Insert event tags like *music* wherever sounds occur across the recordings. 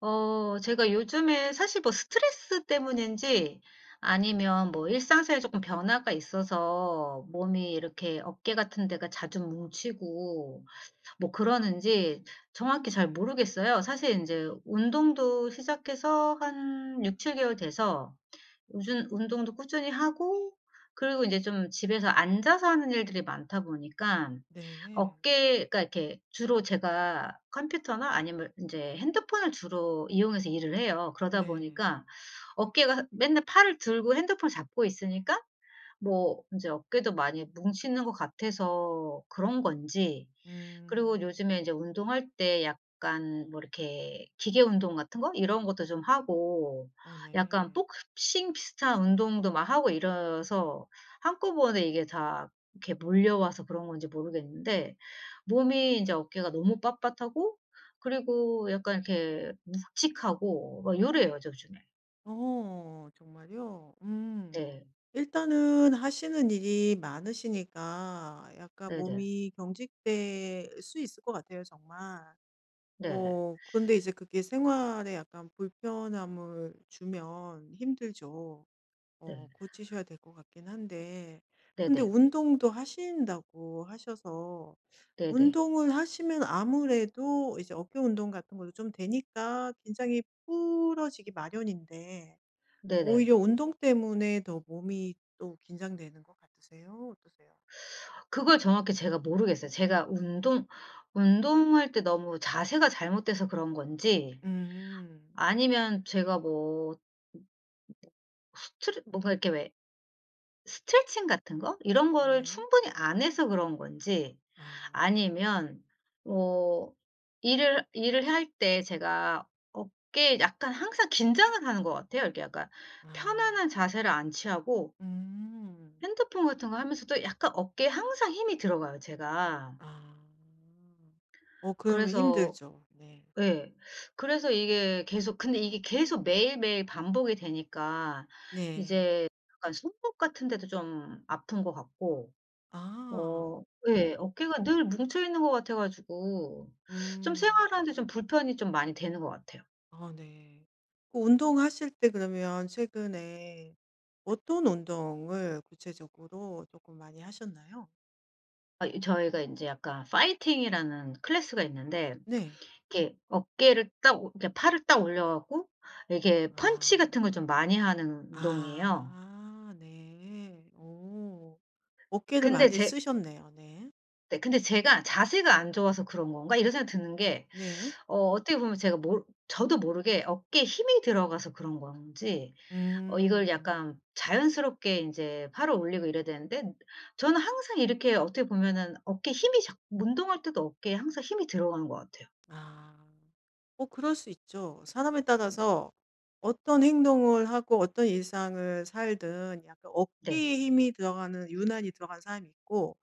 제가 요즘에 사실 뭐 스트레스 때문인지 아니면 뭐 일상생활에 조금 변화가 있어서 몸이 이렇게 어깨 같은 데가 자주 뭉치고 뭐 그러는지 정확히 잘 모르겠어요. 사실 이제 운동도 시작해서 한 6-7 개월 돼서 우준 운동도 꾸준히 하고 그리고 인제 좀 집에서 앉아서 하는 일들이 많다 보니까 네. 어깨가 이렇게 주로 제가 컴퓨터나 아니면 인제 핸드폰을 주로 이용해서 일을 해요. 그러다 네. 보니까 어깨가 맨날 팔을 들고 핸드폰을 잡고 있으니까 뭐 인제 어깨도 많이 뭉치는 것 같아서 그런 건지, 그리고 음. 요즘에 이제 운동할 때 약간 뭐 이렇게 기계 운동 같은 거 이런 것도 좀 하고 어 약간 네. 복싱 비슷한 운동도 막 하고 이래서 한꺼번에 이게 다 이렇게 몰려와서 그런 건지 모르겠는데 몸이 인제 어깨가 너무 빳빳하고 그리고 약간 이렇게 묵직하고 막 요래요 요즘에. 어 정말요? 음. 네. 일단은 하시는 일이 많으시니까 약간 네네. 몸이 경직될 수 있을 것 같아요, 정말. 네. 어 근데 이제 그게 생활에 약간 불편함을 주면 힘들죠. 어 네. 고치셔야 될 것 같긴 한데, 네네. 근데 네네. 운동도 하신다고 하셔서 네네. 운동을 하시면 아무래도 이제 어깨 운동 같은 것도 좀 되니까 긴장이 풀어지기 마련인데 네네. 오히려 운동 때문에 더 몸이 또 긴장되는 것 같으세요? 어떠세요? 그걸 정확히 제가 모르겠어요. 제가 운동할 때 너무 자세가 잘못돼서 그런 건지 음. 아니면 제가 뭐 스트레 뭔가 이렇게 왜 스트레칭 같은 거 이런 거를 네. 충분히 안 해서 그런 건지 아. 아니면 뭐 일을 할 때 제가 어깨에 약간 항상 긴장을 하는 것 같아요. 이렇게 약간 아. 편안한 자세를 안 취하고 음. 핸드폰 같은 거 하면서도 약간 어깨에 항상 힘이 들어가요 제가. 아. 어 그러면 그래서 힘들죠. 네. 예. 그래서 이게 계속, 근데 이게 계속 매일매일 반복이 되니까 네. 이제 약간 손목 같은 데도 좀 아픈 것 같고 어 아. 예, 네. 어깨가 늘 뭉쳐있는 것 같아 가지고 좀 음. 생활하는데 좀 불편이 좀 많이 되는 것 같아요. 아 네. 그 운동하실 때 그러면 최근에 어떤 운동을 구체적으로 조금 많이 하셨나요? 아, 이 저희가 이제 약간 파이팅이라는 클래스가 있는데 네. 이렇게 어깨를 딱, 오, 이렇게 팔을 딱 올려 갖고 이게 펀치 아. 같은 걸 좀 많이 하는 운동이에요. 아 네. 어. 어깨를 근데 많이 제 쓰셨네요. 네. 네. 근데 제가 '자세가 안 좋아서 그런 건가?' 이런 생각이 드는 게 네. 어떻게 보면 제가 모르 저도 모르게 어깨에 힘이 들어가서 그런 건지 이걸 음. 약간 자연스럽게 인제 팔을 올리고 이래야 되는데 저는 항상 이렇게 어떻게 보면은 어깨에 힘이 작 운동할 때도 어깨에 항상 힘이 들어가는 것 같아요. 아. 어 그럴 수 있죠. 사람에 네. 따라서 어떤 행동을 하고 어떤 일상을 살든 약간 네. 어깨에 힘이 들어가는, 유난히 들어간 사람이 있고,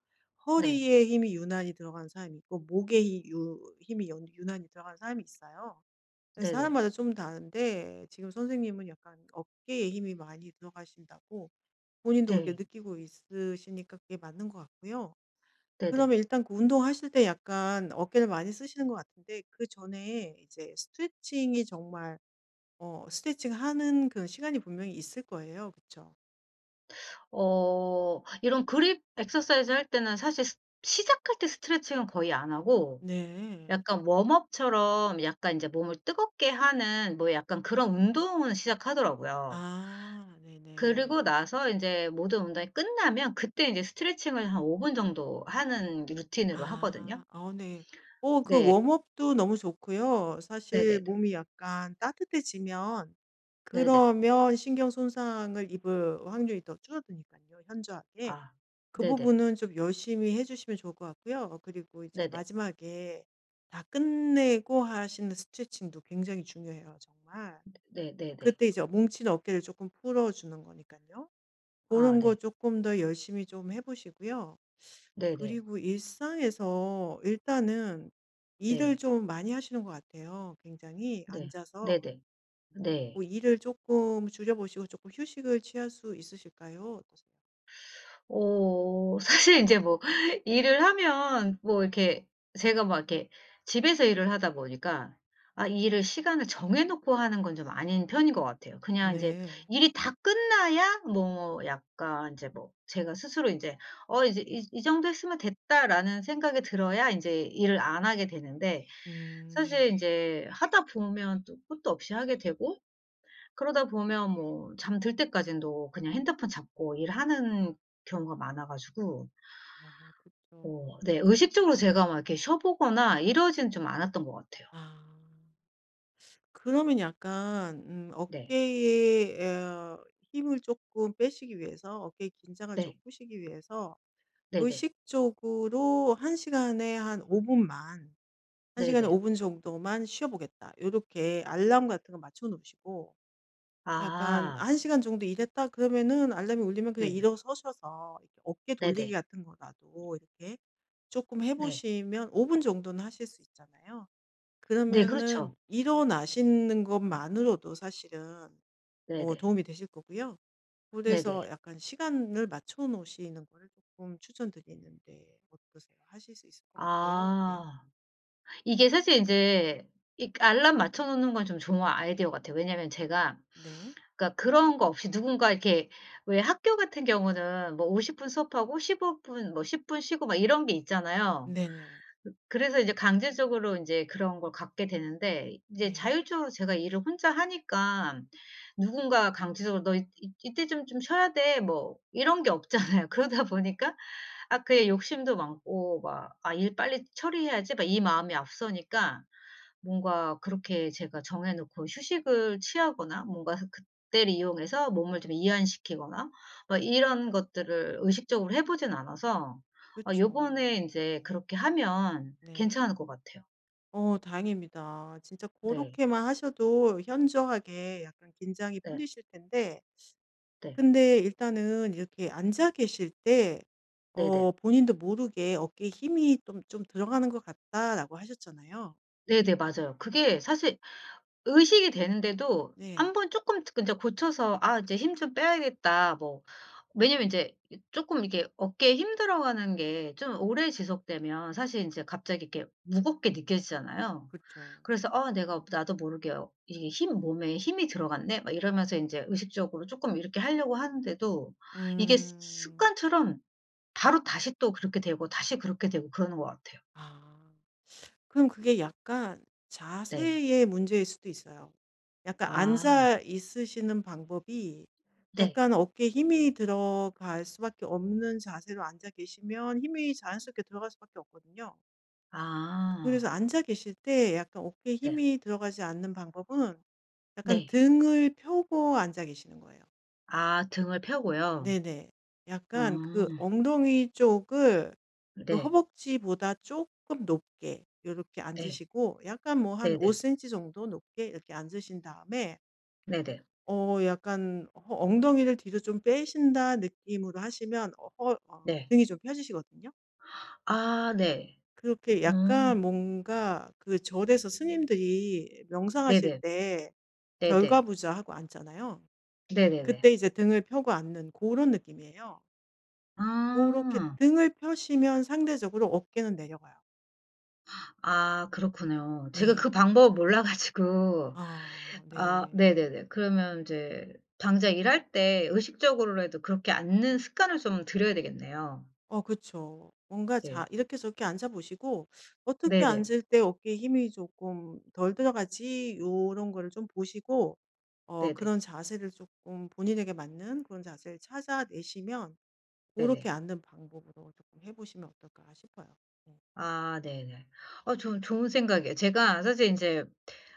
네. 허리에 힘이 유난히 들어간 사람이 있고, 목에 이 유 힘이 연 유난히 들어간 사람이 있어요. 그래서 네네. 사람마다 좀 다른데, 지금 선생님은 약간 어깨에 힘이 많이 들어가신다고, 본인도 그렇게 네. 느끼고 있으시니까 그게 맞는 것 같고요. 네네. 그러면 일단 그 운동하실 때 약간 어깨를 많이 쓰시는 것 같은데, 그전에 이제 스트레칭이 정말 어 스트레칭 하는 그런 시간이 분명히 있을 거예요. 그쵸? 이런 그립 exercise 할 때는 사실 스 시작할 때 스트레칭은 거의 안 하고 네. 약간 웜업처럼 약간 이제 몸을 뜨겁게 하는 뭐 약간 그런 운동은 시작하더라고요. 아 그리 네네. 고 나서 이제 모든 운동이 끝나면 그때 이제 스트레칭을 한 5분 정도 하는 루틴으로 하거든요. 아. 어 네. 어 그 네. 웜업도 너무 좋고요. 사실 네네네. 몸이 약간 따뜻해지면 네네. 그러면 신경 손상을 입을 확률이 더 줄어드니까요, 현저하게. 아. 그 네네. 부분은 좀 열심히 해 주시면 좋을 것 같고요. 그리고 이제 네네. 마지막에 다 끝내고 하시는 스트레칭도 굉장히 중요해요, 정말. 네네네. 그때 이제 뭉친 어깨를 조금 풀어주는 거니까요, 그아 런 거 네. 조금 더 열심히 좀 해 보시고요. 네네. 그리고 일상에서 일단은 일을 네. 좀 많이 하시는 것 같아요, 굉장히. 네. 앉아서 네네. 네. 뭐 일을 조금 줄여 보시고 조금 휴식을 취할 수 있으실까요? 어떠세요? 사실 이제 뭐 *laughs* 일을 하면 뭐 이렇게 제가 막 이렇게 집에서 일을 하다 보니까 아, 이 일을 시간을 정해 놓고 하는 건 좀 아닌 편인 것 같아요. 그냥 이제 네. 일이 다 끝나야 뭐 약간 이제 뭐 제가 스스로 이제 이제 이 정도 했으면 됐다.'라는 생각이 들어야 이제 일을 안 하게 되는데 사실 이 음. 제 하다 보면 또 끝도 없이 하게 되고 그러다 보면 뭐 잠들 때까지도 그냥 핸드폰 잡고 일하는 경우가 많아 가지고 아 그쵸. 네, 의식적으로 제가 막 이렇게 쉬어 보거나 이러진 좀 않았던 것 같아요. 아, 그러면 약간 네. 어깨에 어 힘을 조금 빼시기 위해서, 어깨의 긴장을 좀 네. 푸시기 위해서 네네. 의식적으로 '1 시간에 한 5 분만 1 시간에 네네. 5분 정도만 쉬어 보겠다.' 이렇게 알람 같은 거 맞춰 놓으시고, 약간 아. '1 시간 정도 일했다.' 그러면은 알람이 울리면 그냥 네네. 일어서셔서 이렇게 어깨 네네. 네. 돌리기 같은 거라도 이렇게 조금 해 네 네. 보시면 5분 정도는 하실 수 있잖아요. 네, 그러면은 그렇죠. 일어나시는 것만으로도 사실은 어 네네. 도움이 되실 거고요. 네네. 그래서 약간 시간을 맞춰 놓으시는 거를 금 추천드리는데 어떠세요? 하실 수 있을 것 같아요? 어때요? 아. 이게 사실 인제 이 알람 맞춰 놓는 건 좀 좋은 아이디어 같아요. 왜냐면 제가, 네. 그러니까 그런 거 없이 누군가 이렇게 왜 학교 같은 경우는 뭐 50분 수업하고 15분 뭐 10분 쉬고 막 이런 게 있잖아요. 네네. 그래서 이제 강제적으로 인제 그런 걸 갖게 되는데 이제 네. 자율적으로 제가 일을 혼자 하니까 누군가 강제적으로 "너 이 이때 좀 쉬어야 돼." 뭐 이런 게 없잖아요. *laughs* 그러다 보니까 아 그게 욕심도 많고 막 '아 일 빨리 처리해야지.' 막 이 마음이 앞서니까 뭔가 그렇게 제가 정해 놓고 휴식을 취하거나 뭔가 그때를 이용해서 몸을 좀 이완시키거나 뭐 이런 것들을 의식적으로 해 보진 않아서 그이 요번에 죠 인제 네. 그렇게 하면 네. 괜찮을 것 같아요. 어 다행입니다. 진짜 그렇 네. 게만 하셔도 현저하게 약간 긴장이 네. 풀리실 텐데, 네. 근데 일단은 이렇게 앉아 계실 때 어 네네. 본인도 모르게 '어깨에 힘이 좀 들어가는 것 같다.'라고 하셨잖아요. 네네. 맞아요. 그게 사실 의식이 되는데도 네. 한 번 쪼끔 이제 고쳐서 '아 이제 힘 좀 빼야겠다.' 뭐, 왜냐면 인제 이 쪼끔 이게 어깨에 힘 들어가는 게 좀 오래 지속되면 사실 인제 갑자기 이렇게 무겁게 느껴지잖아요. 그렇죠. 그래서 '아 내가 나도 모르게 이게 힘 몸에 힘이 들어갔네.' 막 이러면서 인제 의식적으로 쪼끔 이렇게 하려고 하는데도 이게 습 음. 습관처럼 바로 다시 또 그렇게 되고 다시 그렇게 되고 그러는 것 같아요. 아. 그럼 그게 약간 네. 자세의 문제일 수도 있어요. 약간 아. 앉아 있으시는 방법이 네. 약간 어깨에 힘이 들어갈 수밖에 없는 자세로 앉아 계시면 힘이 자연스럽게 들어갈 수밖에 없거든요. 아. 그래서 앉아 계실 때 약간 어깨에 네. 힘이 들어가지 않는 방법은 약간 네. 등을 펴고 앉아 계시는 거예요. 아, 등을 펴고요. 네네. 어 약간 그 엉덩이 쪽을, 그 네. 허벅지보다 조금 높게 이렇게 네. 앉으시고 약간 뭐 한 네네. 5cm 정도 높게 이렇게 앉으신 다음에 네네. 어 약간 엉덩이를 뒤로 좀 빼신다 느낌으로 하시면 네. 등이 좀 펴지시거든요. 아 네. 그렇게 약간 음. 뭔가 그 절에서 스님들이 명상하실 네네. 때 네네. 결과부자 하고 앉잖아요. 네네네. 그때 이제 등을 펴고 앉는 그런 느낌이에요. 그렇게 아. 등을 펴시면 상대적으로 어깨는 내려가요. 아, 그렇군요. 제가 그 네. 방법을 몰라 가지고 아 아 네. 네네네. 그러면 인제 당장 일할 때 의식적으로라도 그렇게 앉는 습관을 좀 들여야 되겠네요. 어 그쵸. 뭔가 자 네. 이렇게 저렇게 앉아 보시고 '어떻게 네네. 앉을 때 어깨에 힘이 조금 덜 들어가지?' 요런 거를 좀 보시고, 어 네네. 그런 자세를 조금 본인에게 맞는 그런 자세를 찾아내시면, 그렇게 네네. 앉는 방법으로 조금 해 보시면 어떨까 싶어요. 네. 아 네네. 좀 좋은 생각이에요. 제가 사실 인제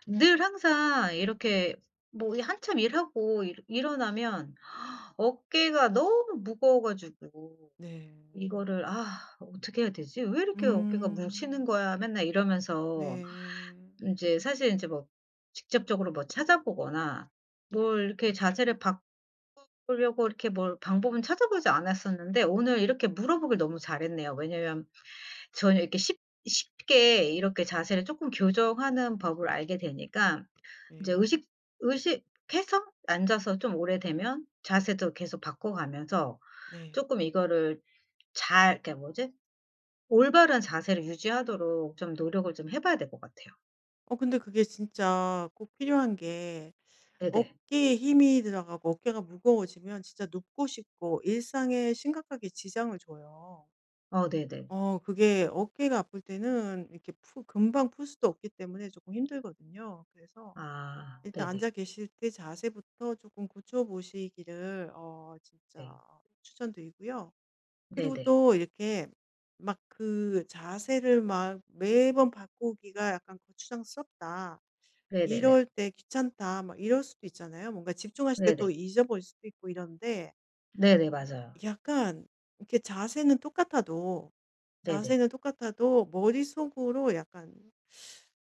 늘 항상 이렇게 뭐 이 한참 일하고 일 일어나면 어깨가 너무 무거워 가지고 네. 이거를 '아 어떻게 해야 되지? 왜 이렇게 어깨가 뭉치는 음. 거야?' 맨날 이러면서 네. 인제 사실 인제 뭐 직접적으로 뭐 찾아보거나 뭘 이렇게 자세를 바꾸려고 이렇게 뭘 방법은 찾아보지 않았었는데 오늘 이렇게 물어보길 너무 잘했네요. 왜냐면 전혀 이렇게 쉽 쉽게 이렇게 자세를 쪼끔 교정하는 법을 알게 되니까 인제 네. 의식해서 앉아서 좀 오래되면 자세도 계속 바꿔가면서 네. 쪼끔 이거를 잘, 그러니까 뭐지? 올바른 자세를 유지하도록 좀 노력을 좀 해 봐야 될 것 같아요. 어 근데 그게 진짜 꼭 필요한 게, 네네. 어깨에 힘이 들어가고 어깨가 무거워지면 진짜 눕고 싶고 일상에 심각하게 지장을 줘요. 어 네네. 어 그게 어깨가 아플 때는 이렇게 푸 금방 풀 수도 없기 때문에 조금 힘들거든요. 그래서 아 일단 네네. 앉아 계실 때 자세부터 조금 고쳐 보시기를 어 네. 진짜 추천드리고요. 그리고 네네. 또 이렇게 막 그 자세를 막 매번 바꾸기가 약간 거추장스럽다, 네네네. 이럴 때 귀찮다, 막 이럴 수도 있잖아요. 뭔가 집중하실 때 또 네네. 잊어버릴 수도 있고, 이런데 네네. 맞아요. 약간 이렇게 자세는 똑같아도 네네. 자세는 똑같아도 머릿속으로 약간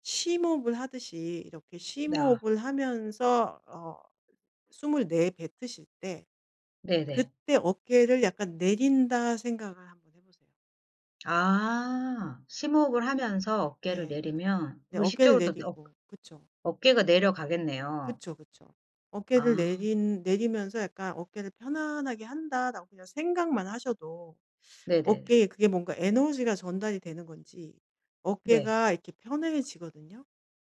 심호흡을 하듯이 이렇게 아 심호흡을 하면서 어 숨을 내뱉으실 때 네네. 그때 어깨를 약간 내린다 생각을 한번 해 보세요. 아. 심호흡을 하면서 어깨를 네. 내리면 네, 어깨를 의식적으로 또 내리고, 그쵸. 어깨가 내려가겠네요. 그쵸, 그쵸. 어깨를 아 내린 내리면서 약간 '어깨를 편안하게 한다.'라고 그냥 생각만 하셔도 네네. 어깨에, 그게 뭔가 에너지가 전달이 되는 건지 네. 어깨가 이렇게 편해지거든요.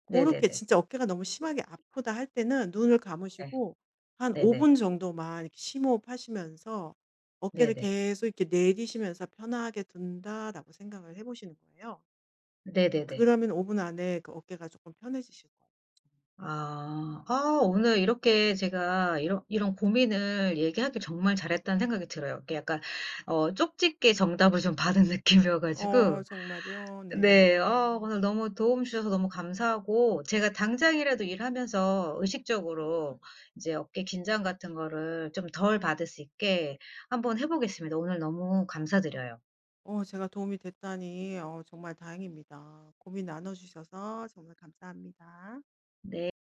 그렇게 네네네. 진짜 어깨가 너무 심하게 아프다 할 때는 눈을 네. 감으시고 한 5 네네. 분 정도만 이렇게 심호흡하시면서 어깨를 네네. 계속 이렇게 내리시면서 '편하게 둔다.'라고 생각을 해 보시는 거예요. 네네네. 그러면 5분 안에 그 어깨가 조금 편해지실 거예요. 아. 아, 오늘 이렇게 제가 이런 고민을 얘기하길 정말 잘했다는 생각이 들어요. 이게 약간 쪽집게 정답을 좀 받은 *laughs* 느낌이어 어 가지고 정말요? 네. 네. 오늘 너무 도움 주셔서 너무 감사하고 제가 당장이라도 일하면서 의식적으로 이제 어깨 긴장 같은 거를 좀 덜 받을 수 있게 한번 해 보겠습니다. 오늘 너무 감사드려요. 어 제가 도움이 됐다니 어 정말 다행입니다. 고민 나눠 주셔서 정말 감사합니다. 네.